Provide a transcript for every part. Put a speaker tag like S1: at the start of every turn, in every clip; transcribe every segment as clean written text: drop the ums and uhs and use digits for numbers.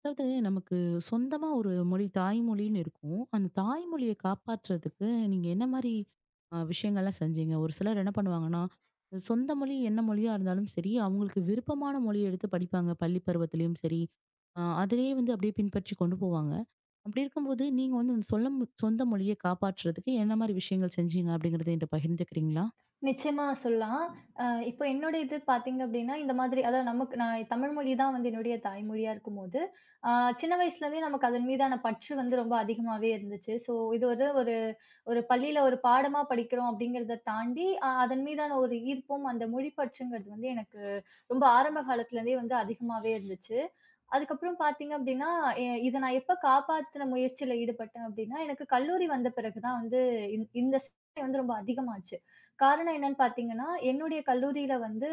S1: அதாவது நமக்கு சொந்தமா ஒரு மொழி தாய்மொழின்னு இருக்கும். அந்த தாய்மொழிய காப்பாற்றுறதுக்கு நீங்க என்ன மாரி விஷயங்கள்லாம் செஞ்சீங்க? ஒரு சிலர் என்ன பண்ணுவாங்கன்னா, சொந்த மொழி என்ன மொழியா இருந்தாலும் சரி, அவங்களுக்கு விருப்பமான மொழிய எடுத்து படிப்பாங்க. பள்ளி பருவத்திலயும் சரி, அதிலேயே வந்து அப்படியே பின்பற்றி கொண்டு போவாங்க. அப்படி இருக்கும்போது, நீங்க வந்து அந்த சொந்த மொழிய காப்பாற்றுறதுக்கு என்ன மாரி விஷயங்கள் செஞ்சீங்க? அப்படிங்கிறத என்கிட்ட பகிர்ந்துக்கிறீங்களா?
S2: நிச்சயமா சொல்லலாம். இப்போ என்னோட இது பார்த்தீங்க அப்டின்னா, இந்த மாதிரி அதாவது நமக்கு நான் தமிழ் மொழி தான் வந்து என்னுடைய தாய்மொழியா இருக்கும்போது, அ சின்ன வயசுலேருந்தே நமக்கு அதன் மீதான பற்று வந்து ரொம்ப அதிகமாவே இருந்துச்சு. ஸோ இது வந்து ஒரு ஒரு பள்ளியில ஒரு பாடமா படிக்கிறோம் அப்டிங்கிறத தாண்டி, அதன் மீதான ஒரு ஈர்ப்பும், அந்த மொழி பற்றுங்கிறது வந்து எனக்கு ரொம்ப ஆரம்ப காலத்துலேருந்தே வந்து அதிகமாவே இருந்துச்சு. அதுக்கப்புறம் பார்த்தீங்க அப்படின்னா, இத நான் எப்ப காப்பாத்துன முயற்சியில ஈடுபட்டேன் அப்படின்னா, எனக்கு கல்லூரி வந்த பிறகு தான் வந்து இந்த சிந்தனை வந்து ரொம்ப அதிகமாச்சு. காரணம் என்னன்னு பார்த்தீங்கன்னா, என்னுடைய கல்லூரியில வந்து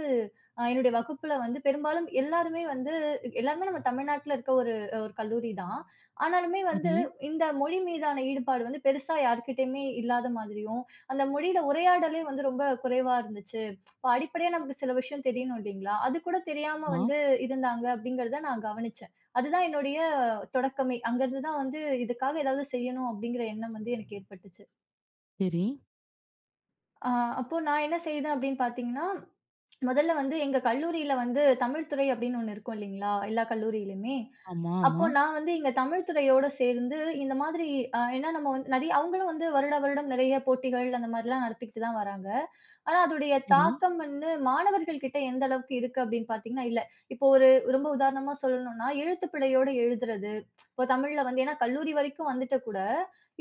S2: என்னுடைய வகுப்புல வந்து பெரும்பாலும் எல்லாருமே வந்து எல்லாருமே நம்ம தமிழ்நாட்டுல இருக்க ஒரு ஒரு கல்லூரி தான். ஆனாலுமே வந்து
S1: சரி.
S2: இந்த மொழி மீதான ஈடுபாடு வந்து பெருசா யார்கிட்டயுமே இல்லாத மாதிரியும், அந்த மொழியில உரையாடலே வந்து ரொம்ப குறைவா இருந்துச்சு. இப்ப அடிப்படையா நமக்கு சில விஷயம் தெரியணும் இல்லைங்களா? அது கூட தெரியாம
S1: ஆமா.
S2: வந்து இருந்தாங்க அப்படிங்கிறத நான் கவனிச்சேன். அதுதான் என்னுடைய தொடக்கமே. அங்கருந்து தான் வந்து இதுக்காக ஏதாவது செய்யணும் அப்படிங்கிற எண்ணம் வந்து எனக்கு ஏற்பட்டுச்சு.
S1: சரி.
S2: அ அப்போ நான் என்ன செய்தேன் அப்படின்னு பார்த்தீங்கன்னா, முதல்ல வந்து எங்க கல்லூரியில வந்து தமிழ் துறை அப்படின்னு ஒண்ணு இருக்கும் இல்லைங்களா? எல்லா கல்லூரியிலுமே.
S1: ஆமா,
S2: அப்போ
S1: ஆமா.
S2: நான் வந்து எங்க தமிழ் துறையோட சேர்ந்து இந்த மாதிரி ஏன்னா நம்ம வந்து நெறைய அவங்களும் வந்து வருடா வருடம் நெறைய போட்டிகள் அந்த மாதிரிலாம் நடத்திக்கிட்டு தான் வராங்க. ஆனா அதோடைய
S1: சரி.
S2: தாக்கம் வந்து மாணவர்கள் கிட்ட எந்த அளவுக்கு இருக்கு அப்படின்னு பார்த்தீங்கன்னா, இல்ல. இப்போ ரொம்ப உதாரணமா சொல்லணும்னா, எழுத்துப் பிழையோட எழுதுறது. இப்போ தமிழ்ல வந்து ஏன்னா கல்லூரி வரைக்கும் வந்துட்டு கூட,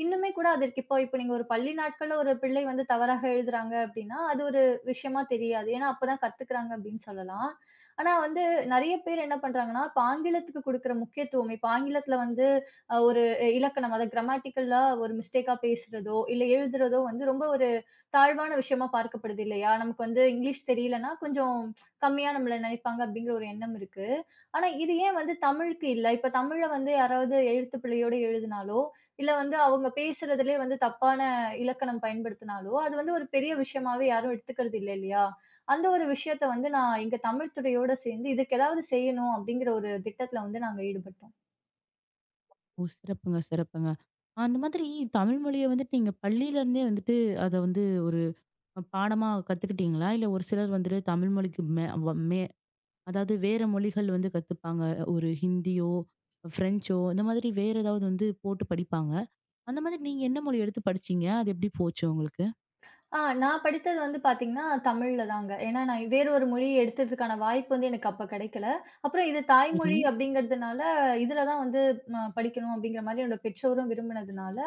S2: இன்னுமே கூட அதற்கு இப்போ இப்போ நீங்க ஒரு பள்ளி நாட்கள்ல ஒரு பிள்ளை வந்து தவறாக எழுதுறாங்க அப்படின்னா, அது ஒரு விஷயமா தெரியாது. ஏன்னா, அப்பதான் கத்துக்கிறாங்க அப்படின்னு சொல்லலாம். ஆனா வந்து நெறைய பேர் என்ன பண்றாங்கன்னா, இப்ப ஆங்கிலத்துக்கு குடுக்குற முக்கியத்துவம் இப்ப ஆங்கிலத்துல வந்து ஒரு இலக்கணம் அத கிராமட்டிக்கல்லா ஒரு மிஸ்டேக்கா பேசுறதோ, இல்ல எழுதுறதோ வந்து ரொம்ப ஒரு தாழ்வான விஷயமா பார்க்கப்படுது இல்லையா? நமக்கு வந்து இங்கிலீஷ் தெரியலன்னா கொஞ்சம் கம்மியா நம்மள நினைப்பாங்க அப்படிங்கிற ஒரு எண்ணம் இருக்கு. ஆனா இது ஏன் வந்து தமிழுக்கு இல்ல? இப்ப தமிழ்ல வந்து யாராவது எழுத்துப்பிழையோட எழுதினாலோ, இல்ல வந்து அவங்க பேசுறதிலே வந்து தப்பான இலக்கணம் பயன்படுத்தினாலோ, அது வந்து ஒரு பெரிய விஷயமாவே யாரும் எடுத்துக்கிறது இல்ல இல்லையா? அந்த ஒரு விஷயத்த வந்து நான் எங்க தமிழ் துறையோட சேர்ந்து, இதுக்கு ஏதாவது செய்யணும் அப்படிங்கிற ஒரு திட்டத்துல வந்து நாங்க ஈடுபட்டோம்.
S1: ஓ! சிறப்புங்க, சிறப்புங்க. அந்த மாதிரி தமிழ் மொழிய வந்துட்டு நீங்க பள்ளியிலருந்தே வந்துட்டு அத வந்து ஒரு பாடமா கத்துக்கிட்டீங்களா? இல்ல ஒரு சிலர் வந்துட்டு தமிழ் மொழிக்கு மே வ மே அதாவது வேற மொழிகள் வந்து கத்துப்பாங்க. ஒரு ஹிந்தியோ, ஃப்ரெஞ்சோ இந்த மாதிரி வேற ஏதாவது வந்து போட்டு படிப்பாங்க. அந்த மாதிரி நீங்க என்ன மொழி எடுத்து படிச்சீங்க? அது எப்படி போச்சு உங்களுக்கு?
S2: நான் படித்தது வந்து பார்த்தீங்கன்னா, தமிழ்ல தாங்க. ஏன்னா, நான் வேறு ஒரு மொழி எடுத்ததுக்கான வாய்ப்பு வந்து எனக்கு அப்ப கிடைக்கல. அப்புறம் இது
S1: சரி.
S2: தாய்மொழி அப்படிங்கிறதுனால, இதுல தான் வந்து படிக்கணும் அப்படிங்கிற மாரி என்னோட பெற்றோரும் விரும்பினதுனால,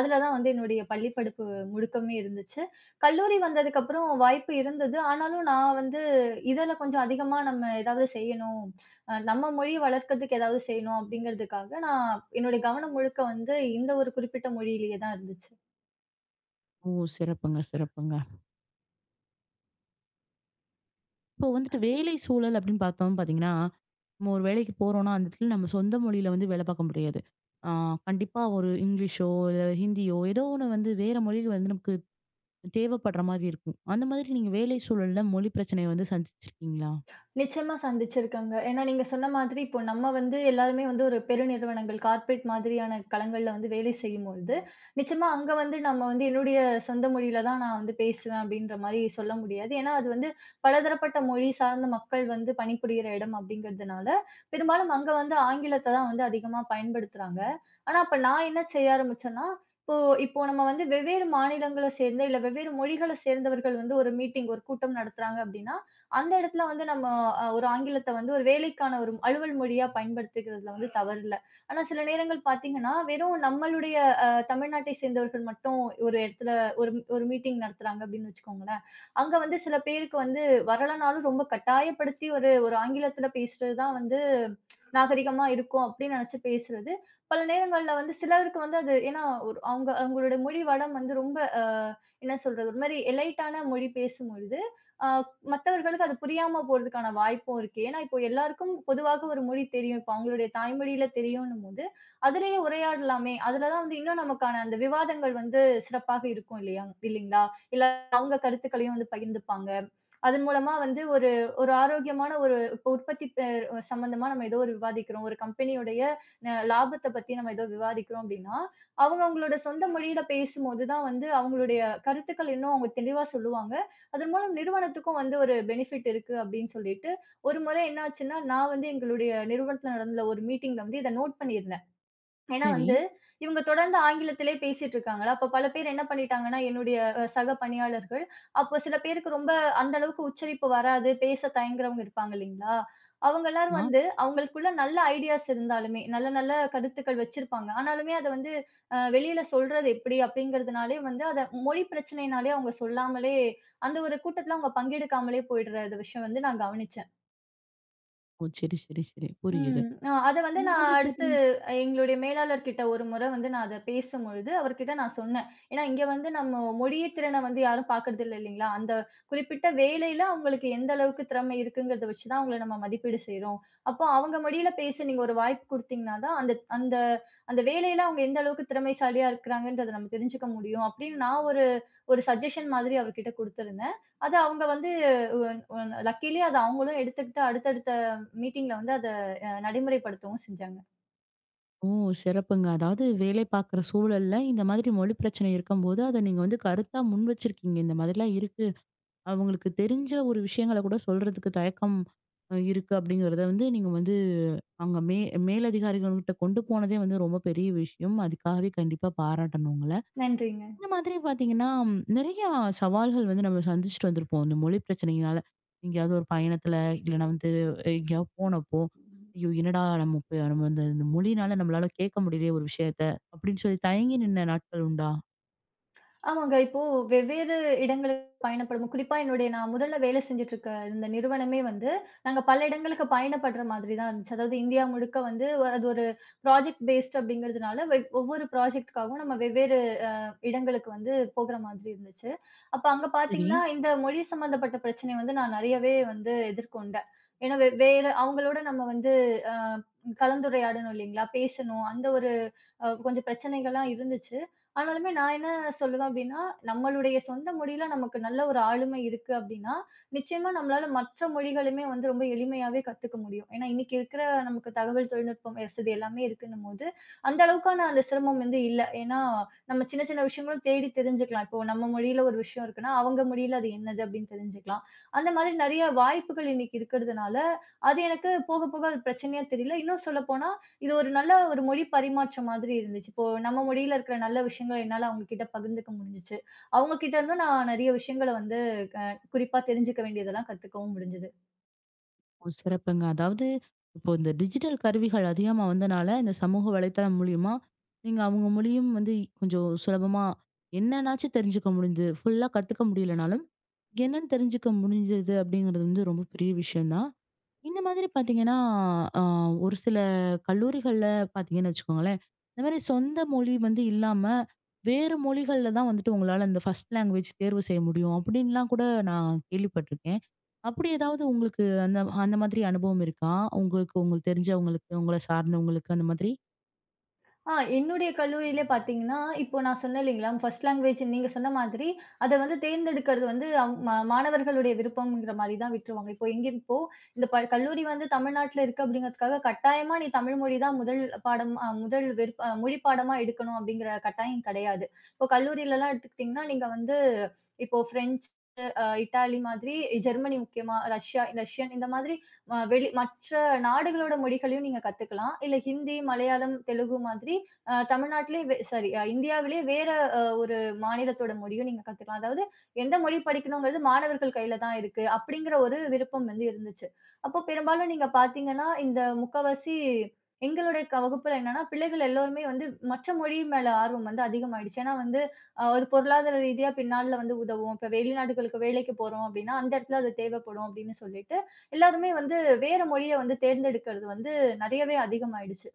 S2: அதுல தான் வந்து என்னுடைய பள்ளி படிப்பு முழுக்கமே இருந்துச்சு. கல்லூரி வந்ததுக்கப்புறம் வாய்ப்பு இருந்தது. ஆனாலும் நான் வந்து இதுல கொஞ்சம் அதிகமா நம்ம ஏதாவது செய்யணும், நம்ம மொழிய வளர்க்கறதுக்கு ஏதாவது செய்யணும் அப்படிங்கிறதுக்காக, நான் என்னுடைய கவனம் முழுக்க வந்து இந்த ஒரு குறிப்பிட்ட மொழியிலேயே தான் இருந்துச்சு.
S1: ஓ! சிறப்புங்க, சிறப்புங்க. இப்போ வந்துட்டு வேலை சூழல் அப்படின்னு பார்த்தோம் பார்த்தீங்கன்னா, நம்ம ஒரு வேலைக்கு போறோம்னா, அந்த இடத்துல நம்ம சொந்த மொழியில வந்து வேலை பார்க்க முடியாது. ஆ கண்டிப்பா ஒரு இங்கிலீஷோ, இல்ல ஹிந்தியோ ஏதோ ஒண்ணு வந்து வேற மொழிகள் வந்து நமக்கு தேவைப்படுற மாதிரி இருக்கும். அந்த மாதிரி நீங்க வேலை சூழல்ல மொழி பிரச்சனைய வந்து சந்திச்சிருக்கீங்களா?
S2: நிச்சயமா சந்திச்சிருக்கங்க. ஏன்னா நீங்க சொன்ன மாதிரி இப்போ நம்ம வந்து எல்லாருமே வந்து ஒரு பெருநிறுவனங்கள், கார்ப்பரேட் மாதிரியான களங்கள்ல வந்து வேலை செய்யும்பொழுது, நிச்சயமா அங்க வந்து நம்ம வந்து என்னுடைய சொந்த மொழியில தான் நான் வந்து பேசுவேன் அப்படின்ற மாரி சொல்ல முடியாது. ஏன்னா அது வந்து பலதரப்பட்ட மொழி சார்ந்த மக்கள் வந்து பணிபுரியிற இடம் அப்படிங்கிறதுனால, பெரும்பாலும் அங்க வந்து ஆங்கிலத்த தான் வந்து அதிகமா பயன்படுத்துறாங்க. ஆனா அப்ப நான் என்ன செய்ய ஆரம்பிச்சேன்னா, இப்போ இப்போ நம்ம வந்து வெவ்வேறு மாநிலங்கள சேர்ந்த, இல்ல வெவ்வேறு மொழிகள சேர்ந்தவர்கள் வந்து ஒரு மீட்டிங், ஒரு கூட்டம் நடத்துறாங்க அப்படின்னா, அந்த இடத்துல வந்து நம்ம ஒரு ஆங்கிலத்த வந்து ஒரு வேலைக்கான ஒரு அலுவல் மொழியா பயன்படுத்திக்கிறதுல வந்து தவறில்ல. ஆனா சில நேரங்கள் பார்த்தீங்கன்னா, வெறும் நம்மளுடைய தமிழ்நாட்டை சேர்ந்தவர்கள் மட்டும் ஒரு இடத்துல ஒரு ஒரு மீட்டிங் நடத்துறாங்க அப்படின்னு வச்சுக்கோங்களேன். அங்க வந்து சில பேருக்கு வந்து வரலனாலும் ரொம்ப கட்டாயப்படுத்தி ஒரு ஒரு ஆங்கிலத்தில பேசுறது தான் வந்து நாகரிகமா இருக்கும் அப்படின்னு நினைச்சு பேசுறது. பல நேரங்கள்ல வந்து சிலருக்கு வந்து அது ஏன்னா ஒரு அவங்க அவங்களுடைய மொழி வளம் வந்து ரொம்ப என்ன சொல்றது? ஒரு மாரி எலைட்டான மொழி பேசும்பொழுது, அ மத்தவர்களுக்கு அது புரியாம போறதுக்கான வாய்ப்பும் இருக்கு. ஏன்னா, இப்போ எல்லாருக்கும் பொதுவாக ஒரு மொழி தெரியும். இப்போ அவங்களுடைய தாய்மொழியில தெரியும்ன்னும்போது, அதிலேயே உரையாடலாமே! அதுல தான் வந்து இன்னும் நமக்கான அந்த விவாதங்கள் வந்து சிறப்பாக இருக்கும் இல்லையா? இல்லீங்களா? இல்ல அவங்க கருத்துக்களையும் வந்து பகிர்ந்துப்பாங்க. அதன் மூலமா வந்து ஒரு ஒரு ஆரோக்கியமான ஒரு இப்போ உற்பத்தி சம்மந்தமா நம்ம ஏதோ ஒரு விவாதிக்கிறோம். ஒரு கம்பெனியுடைய லாபத்த பத்தி நம்ம ஏதோ விவாதிக்கிறோம் அப்படின்னா, அவங்க அவங்களோட சொந்த மொழியில பேசும்போது தான் வந்து அவங்களுடைய கருத்துக்கள் இன்னும் அவங்க தெளிவா சொல்லுவாங்க. அதன் மூலம் நிறுவனத்துக்கும் வந்து ஒரு பெனிஃபிட் இருக்கு அப்படின்னு சொல்லிட்டு, ஒரு முறை என்ன ஆச்சுன்னா, நான் வந்து எங்களுடைய நிறுவனத்தில நடந்த ஒரு மீட்டிங்ல வந்து இத நோட் பண்ணியிருந்தேன். ஏன்னா
S1: சரி.
S2: வந்து, இவங்க தொடர்ந்து ஆங்கிலத்திலே பேசிட்டு இருக்காங்களா, அப்ப பல பேர் என்ன பண்ணிட்டாங்கன்னா, என்னுடைய சக பணியாளர்கள், அப்ப சில பேருக்கு ரொம்ப அந்த அளவுக்கு உச்சரிப்பு வராது, பேச தயங்குறவங்க இருப்பாங்க இல்லைங்களா? அவங்க எல்லாரும்
S1: ஆ.
S2: வந்து அவங்களுக்குள்ள நல்ல ஐடியாஸ் இருந்தாலுமே, நல்ல நல்ல கருத்துக்கள் வச்சிருப்பாங்க. ஆனாலுமே அத வந்து வெளியில சொல்றது எப்படி அப்படிங்கிறதுனாலே வந்து அத மொழி பிரச்சனையினாலே அவங்க சொல்லாமலே, அந்த ஒரு கூட்டத்துல அவங்க பங்கெடுக்காமலே போயிடுற விஷயம் வந்து நான் கவனிச்சிருக்கேன்.
S1: ஓ! சரி, சரி, சரி. புரியுது.
S2: ம். அத வந்து
S1: இந்த
S2: நான்
S1: மாதிரி
S2: அடுத்து
S1: பார்த்தீங்கன்னா.
S2: எங்களுடைய மேலாளர் கிட்ட ஒரு முறை வந்து நான் அத பேசும்பொழுது, அவர்கிட்ட நான் சொன்னேன். ஏன்னா இங்க வந்து நம்ம மொழிய திறன வந்து யாரும் பார்க்கறதில்ல இல்லீங்களா? அந்த குறிப்பிட்ட வேலையில அவங்களுக்கு எந்த அளவுக்கு திறமை இருக்குங்கிறத வச்சு தான் அவங்கள நம்ம மதிப்பீடு செய்றோம். அப்போ அவங்க மொழியில பேச நீங்க ஒரு வாய்ப்பு குடுத்தீங்கன்னா தான், அந்த அந்த அந்த வேலையில அவங்க எந்த அளவுக்கு திறமைசாலியா இருக்கிறாங்கன்றத நம்ம தெரிஞ்சுக்க முடியும். அப்படின்னு நான் ஒரு ஒரு சஜஷன் மாதிரி அவர்கிட்ட குடுத்திருந்தேன். அத அவங்க வந்து ஒன் ஒன் லக்கிலி அத அவங்களும் எடுத்துக்கிட்டு அடுத்தடுத்த மீட்டிங்ல வந்து அத நடைமுறைப்படுத்தவும் செஞ்சாங்க.
S1: ஓ! சிறப்புங்க. அதாவது வேலை பார்க்குற சூழல்ல இந்த மாதிரி மொழி பிரச்சனை இருக்கும்போது, அத நீங்க வந்து கருத்தா முன் வச்சிருக்கீங்க. இந்த மாதிரிலாம் இருக்கு. அவங்களுக்கு தெரிஞ்ச ஒரு விஷயங்கள கூட சொல்றதுக்கு தயக்கம் இருக்கு அப்படிங்கிறத வந்து நீங்க வந்து அங்க மேலதிகாரிகள்கிட்ட கொண்டு போனதே வந்து ரொம்ப பெரிய விஷயம். அதுக்காகவே கண்டிப்பா பாராட்டணும் உங்கள.
S2: நன்றிங்க.
S1: இந்த மாதிரி பார்த்தீங்கன்னா, நிறைய சவால்கள் வந்து நம்ம சந்திச்சுட்டு வந்திருப்போம். இந்த மொழி பிரச்சனையினால. எங்கேயாவது ஒரு பயணத்துல, இல்லைனா வந்து எங்கேயாவது போனப்போ, "ஐயோ! என்னடா நம்ம இப்ப நம்ம இந்த இந்த மொழினால நம்மளால கேட்க முடியலையே ஒரு விஷயத்த" அப்படின்னு சொல்லி தயங்கி நின்ன நாட்கள் உண்டா?
S2: ஆமாங்க. இப்போ வெவ்வேறு இடங்களுக்கு பயணப்படும் குறிப்பா என்னுடைய நான் முதல்ல வேலை செஞ்சுட்டு இருக்க இந்த நிறுவனமே வந்து, நாங்க பல இடங்களுக்கு பயணப்படுற மாதிரி தான் இருந்துச்சு. அதாவது இந்தியா முழுக்க வந்து அது ஒரு ப்ராஜெக்ட் பேஸ்ட் அப்படிங்கிறதுனால ஒவ்வொரு ப்ராஜெக்ட்டுக்காகவும் நம்ம வெவ்வேறு இடங்களுக்கு வந்து போகுற மாதிரி இருந்துச்சு. அப்ப அங்க
S1: சரி.
S2: பார்த்தீங்கன்னா, இந்த மொழி சம்மந்தப்பட்ட பிரச்சனைய வந்து நான் நெறையவே வந்து எதிர்கொண்டேன். ஏன்னா வேற அவங்களோட நம்ம வந்து அ கலந்துரையாடணும் இல்லைங்களா? பேசணும். அந்த ஒரு கொஞ்சம் பிரச்சனைகள்லாம் இருந்துச்சு. ஆனாலுமே நான் என்ன சொல்லுவேன் அப்டின்னா, நம்மளுடைய சொந்த மொழியில நமக்கு நல்ல ஒரு ஆளுமை இருக்கு அப்டின்னா, நிச்சயமா நம்மளால மற்ற மொழிகளுமே வந்து ரொம்ப எளிமையாவே கத்துக்க முடியும். ஏன்னா இன்னைக்கு இருக்கிற நமக்கு தகவல் தொழில்நுட்பம் வசதி எல்லாமே இருக்குன்னும்போது, அந்த அளவுக்கான அந்த சிரமம் வந்து இல்ல. ஏன்னா நம்ம சின்ன சின்ன விஷயங்களும் தேடி தெரிஞ்சுக்கலாம். இப்போ நம்ம மொழியில ஒரு விஷயம் இருக்குன்னா, அவங்க மொழியில அது என்னது அப்படின்னு தெரிஞ்சுக்கலாம். அந்த மாதிரி நெறைய வாய்ப்புகள் இன்னைக்கு இருக்கிறதுனால, அது எனக்கு போக, போக அது பிரச்சனையா தெரியல. இன்னும் சொல்லப்போனா, இது ஒரு நல்ல ஒரு மொழி பரிமாற்றம் மாதிரி இருந்துச்சு. இப்போ நம்ம மொழியில இருக்கிற நல்ல விஷயங்கள என்னால அவங்க கிட்ட பகிர்ந்துக்க முடிஞ்சுச்சு. அவங்க கிட்ட இருந்தும் நான் நெறைய விஷயங்கள வந்து க குறிப்பா தெரிஞ்சுக்க வேண்டியதெல்லாம் கத்துக்கவும் முடிஞ்சது.
S1: ஓ! சிறப்புங்க. அதாவது இப்போ இந்த டிஜிட்டல் கருவிகள் அதிகமா வந்தனால, இந்த சமூக வலைத்தளம் மூலியமா, நீங்க அவங்க மூலியம் வந்து கொஞ்சம் சுலபமா என்னன்னாச்சும் தெரிஞ்சுக்க முடிஞ்சது. ஃபுல்லா கத்துக்க முடியலனாலும், என்னன்னு தெரிஞ்சுக்க முடிஞ்சது அப்படிங்கிறது வந்து ரொம்ப பெரிய விஷயம் தான். இந்த மாதிரி பார்த்தீங்கன்னா, அ ஒரு சில கல்லூரிகள்ல பார்த்தீங்கன்னு வச்சுக்கோங்களேன், இந்த மாரி சொந்த மொழி வந்து இல்லாம, வேறு மொழிகள்ல தான் வந்துட்டு உங்களால இந்த ஃபர்ஸ்ட் லேங்குவேஜ் தேர்வு செய்ய முடியும். அப்படின்லாம் கூட நான் கேள்விப்பட்டுருக்கேன். அப்படி ஏதாவது உங்களுக்கு அந்த அந்த மாதிரி அனுபவம் இருக்கா? உங்களுக்கு உங்களுக்கு தெரிஞ்சவங்களுக்கு, உங்கள சார்ந்தவங்களுக்கு அந்த மாதிரி?
S2: என்னுடைய கல்லூரியிலே பார்த்தீங்கன்னா, இப்போ நான் சொன்னேன் இல்லைங்களா, ஃபர்ஸ்ட் லேங்குவேஜ் நீங்க சொன்ன மாதிரி, அத வந்து தேர்ந்தெடுக்கிறது வந்து அவ் மா மாணவர்களுடைய விருப்பம்ங்கிற மாரி தான் விட்டுருவாங்க. இப்போ இப்போ இந்த கல்லூரி வந்து தமிழ்நாட்ல இருக்கு அப்படிங்கிறதுக்காக, கட்டாயமா நீ தமிழ் மொழி தான் முதல் விருப்ப மொழி பாடமா எடுக்கணும் அப்படிங்கிற கட்டாயம் கிடையாது. இப்போ கல்லூரிலலாம் எடுத்துக்கிட்டீங்கன்னா, நீங்க வந்து இப்போ ஃப்ரெஞ்சு, இட்டாலி மாதிரி, ஜெர்மனி முக்கியமா, ரஷ்யா ரஷ்யன் இந்த மாதிரி ம வெளி மற்ற நாடுகளோட மொழிகளையும் நீங்க கத்துக்கலாம். இல்ல ஹிந்தி, மலையாளம், தெலுங்கு மாதிரி அ தமிழ்நாட்டிலே வே சாரி அ இந்தியாவிலே வேற ஒரு மாநிலத்தோட மொழியும் நீங்க கத்துக்கலாம். அதாவது எந்த மொழி படிக்கணுங்கிறது மாணவர்கள் கையில தான் இருக்கு. அப்படிங்கிற ஒரு விருப்பம் வந்து இருந்துச்சு. அப்போ பெரும்பாலும் நீங்க பார்த்தீங்கன்னா, இந்த முக்காவாசி எங்களுடைய வகுப்புல என்னன்னா, பிள்ளைகள் எல்லோருமே வந்து மற்ற மொழி மேல ஆர்வம் வந்து அதிகமாயிடுச்சு. ஏன்னா வந்து ஒரு பொருளாதார ரீதியா பின்னால வந்து உதவும். இப்ப வெளிநாடுகளுக்கு வேலைக்கு போறோம் அப்படின்னா, அந்த இடத்துல அது தேவைப்படும் அப்படின்னு சொல்லிட்டு. எல்லாருமே வந்து வேற மொழிய வந்து தேர்ந்தெடுக்கிறது வந்து நெறையவே அதிகமாயிடுச்சு.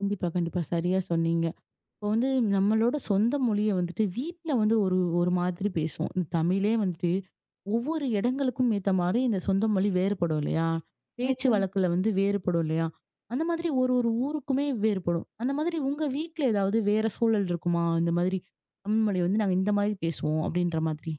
S1: கண்டிப்பா, கண்டிப்பா. சரியா சொன்னீங்க. இப்போ வந்து நம்மளோட சொந்த மொழிய வந்துட்டு வீட்ல வந்து ஒரு ஒரு மாதிரி பேசுவோம். இந்த தமிழே வந்துட்டு ஒவ்வொரு இடங்களுக்கும் ஏத்த மாரி இந்த சொந்த மொழி வேறுபடும் இல்லையா? பேச்சு வழக்குல வந்து வேறுபடும் இல்லையா? அந்த மாதிரி ஒரு ஒரு ஊருக்குமே வேறுபடும். அந்த மாதிரி உங்க வீட்ல ஏதாவது வேற சூழல் இருக்குமா? இந்த மாதிரி தமிழ் மொழி வந்து நாங்க இந்த மாதிரி பேசுவோம் அப்படின்ற மாதிரி.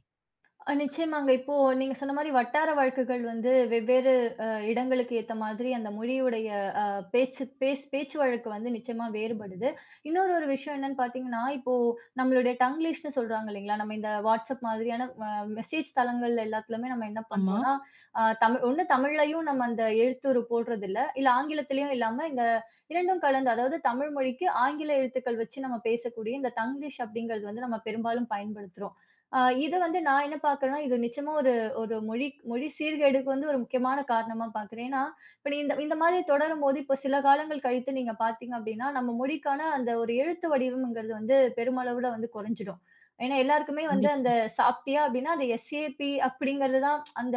S2: நிச்சயமாங்க. இப்போ நீங்க சொன்ன மாரி வட்டார வழக்குகள் வந்து வெவ்வேறு இடங்களுக்கு ஏத்த மாதிரி அந்த மொழியுடைய அ பேச்சு வழக்கு வந்து நிச்சயமா வேறுபடுது. இன்னொரு ஒரு விஷயம் என்னன்னு பார்த்தீங்கன்னா, இப்போ நம்மளுடைய டங்கிலீஷ்ன்னு சொல்றாங்க இல்லைங்களா? நம்ம இந்த வாட்ஸ்அப் மாதிரியான மெசேஜ் தளங்கள்ல எல்லாத்துலயுமே நம்ம என்ன
S1: ஆமா.
S2: பண்றோம்னா, அ தமிழ் ஒண்ணு தமிழ்லயும் நம்ம அந்த எழுத்துரு போடுறதில்ல. இல்ல இல்ல ஆங்கிலத்திலயும் இல்லாம இந்த இரண்டும் கலந்து அதாவது தமிழ் மொழிக்கு ஆங்கில எழுத்துக்கள் வச்சு நம்ம பேசக்கூடிய இந்த தங்கிலீஷ் அப்படிங்கிறது வந்து நம்ம பெரும்பாலும் பயன்படுத்துறோம். ஆ இத வந்து நான் என்ன பார்க்குறேன்னா, இது நிச்சயமா ஒரு ஒரு மொழி மொழி சீர்கேடுக்கு வந்து ஒரு முக்கியமான காரணமா பார்க்குறேன். ஏன்னா, இப்ப நீ இந்த இந்த மாதிரி தொடரும்போது, இப்போ சில காலங்கள் கழித்து நீங்க பார்த்தீங்க அப்டின்னா, நம்ம மொழிக்கான அந்த ஒரு எழுத்து வடிவம்ங்கிறது வந்து பெருமளவுல வந்து குறைஞ்சிடும். ஏன்னா, எல்லாருக்குமே வந்து அந்த
S1: கண்டிப்பா,
S2: சாப்பிட்டியா அப்டின்னா, அந்த எஸ்ஏபி அப்படிங்கிறது தான் அந்த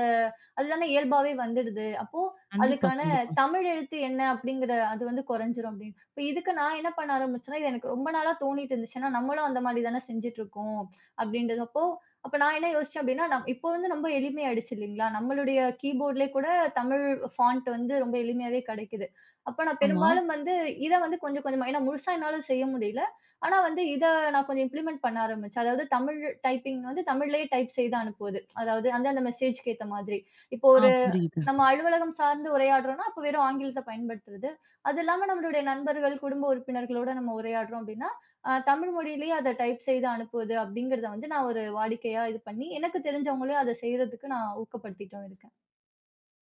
S2: அதுதானே இயல்பாவே வந்துடுது. அப்போ
S1: கண்டிப்பா,
S2: அதுக்கான
S1: கண்டிப்பா.
S2: தமிழ் எழுத்து என்ன அப்படிங்கிற அது வந்து குறைஞ்சிரும் அப்படின்னு. இப்ப இதுக்கு நான் என்ன பண்ண ஆரம்பிச்சேன்னா, இது எனக்கு ரொம்ப நாளா தோணிட்டு இருந்துச்சு. ஏன்னா, நம்மளும் அந்த மாரி தானே செஞ்சுட்டு இருக்கோம் அப்படின்றதப்போ, அப்ப நான் என்ன யோசிச்சேன் அப்டின்னா, இப்போ வந்து ரொம்ப எளிமையாயிடுச்சு இல்லீங்களா? நம்மளுடைய கீபோர்ட்லயே கூட தமிழ் ஃபாண்ட் வந்து ரொம்ப எளிமையாவே கிடைக்குது. அப்ப நான்
S1: ஆமா.
S2: பெரும்பாலும் வந்து இத வந்து கொஞ்சம் கொஞ்சமா ஏன்னா முழுசா என்னால செய்ய முடியல. ஆனா வந்து இத நான் கொஞ்சம் இம்ப்ளிமெண்ட் பண்ண ஆரம்பிச்சேன். அதாவது தமிழ் டைப்பிங் வந்து தமிழ்லயே டைப் செய்து அனுப்புவது. அதாவது அந்தந்த மெசேஜ்க்கு ஏத்த மாதிரி. இப்போ
S1: ஆ
S2: ஒரு
S1: புரியுது.
S2: நம்ம அலுவலகம் சார்ந்து உரையாடுறோம்னா, அப்ப வெறும் ஆங்கிலத்த பயன்படுத்துறது. அது இல்லாம நம்மளுடைய நண்பர்கள், குடும்ப உறுப்பினர்களோட நம்ம உரையாடுறோம் அப்டின்னா, தமிழ் மொழியிலேயே அத டைப் செய்து அனுப்புவது அப்படிங்கிறத வந்து நான் ஒரு வாடிக்கையா இது பண்ணி, எனக்கு தெரிஞ்சவங்களையும் அத செய்றதுக்கு நான் ஊக்கப்படுத்திட்டும் இருக்கேன்.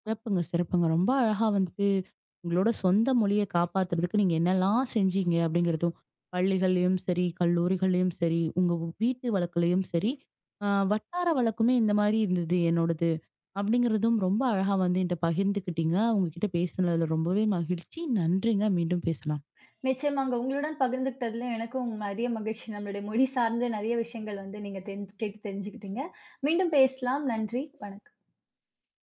S1: சிறப்புங்க, சிறப்புங்க. ரொம்ப அழகா வந்துட்டு, உங்களோட சொந்த மொழிய காப்பாத்துறதுக்கு நீங்க என்னலாம் செஞ்சீங்க அப்படிங்கிறதும், பள்ளிகள்லயும் சரி, கல்லூரிகள்லயும் சரி, உங்க வீட்டு வழக்குலயும் சரி, அ வட்டார வழக்குமே இந்த மாரி இருந்தது என்னோடது. அப்படிங்கிறதும் ரொம்ப அழகா வந்து என்ட்ட பகிர்ந்துக்கிட்டீங்க. உங்க கிட்ட பேசினதுல ரொம்பவே மகிழ்ச்சி. நன்றிங்க. மீண்டும் பேசலாம்.
S2: நிச்சயமாங்க. உங்களுடன் பகிர்ந்துக்கிட்டதுல எனக்கும் நெறைய மகிழ்ச்சி. நம்மளுடைய மொழி சார்ந்து நெறைய விஷயங்கள் வந்து நீங்க கேட்டு தெரிஞ்சுக்கிட்டீங்க. மீண்டும் பேசலாம். நன்றி. வணக்கம்.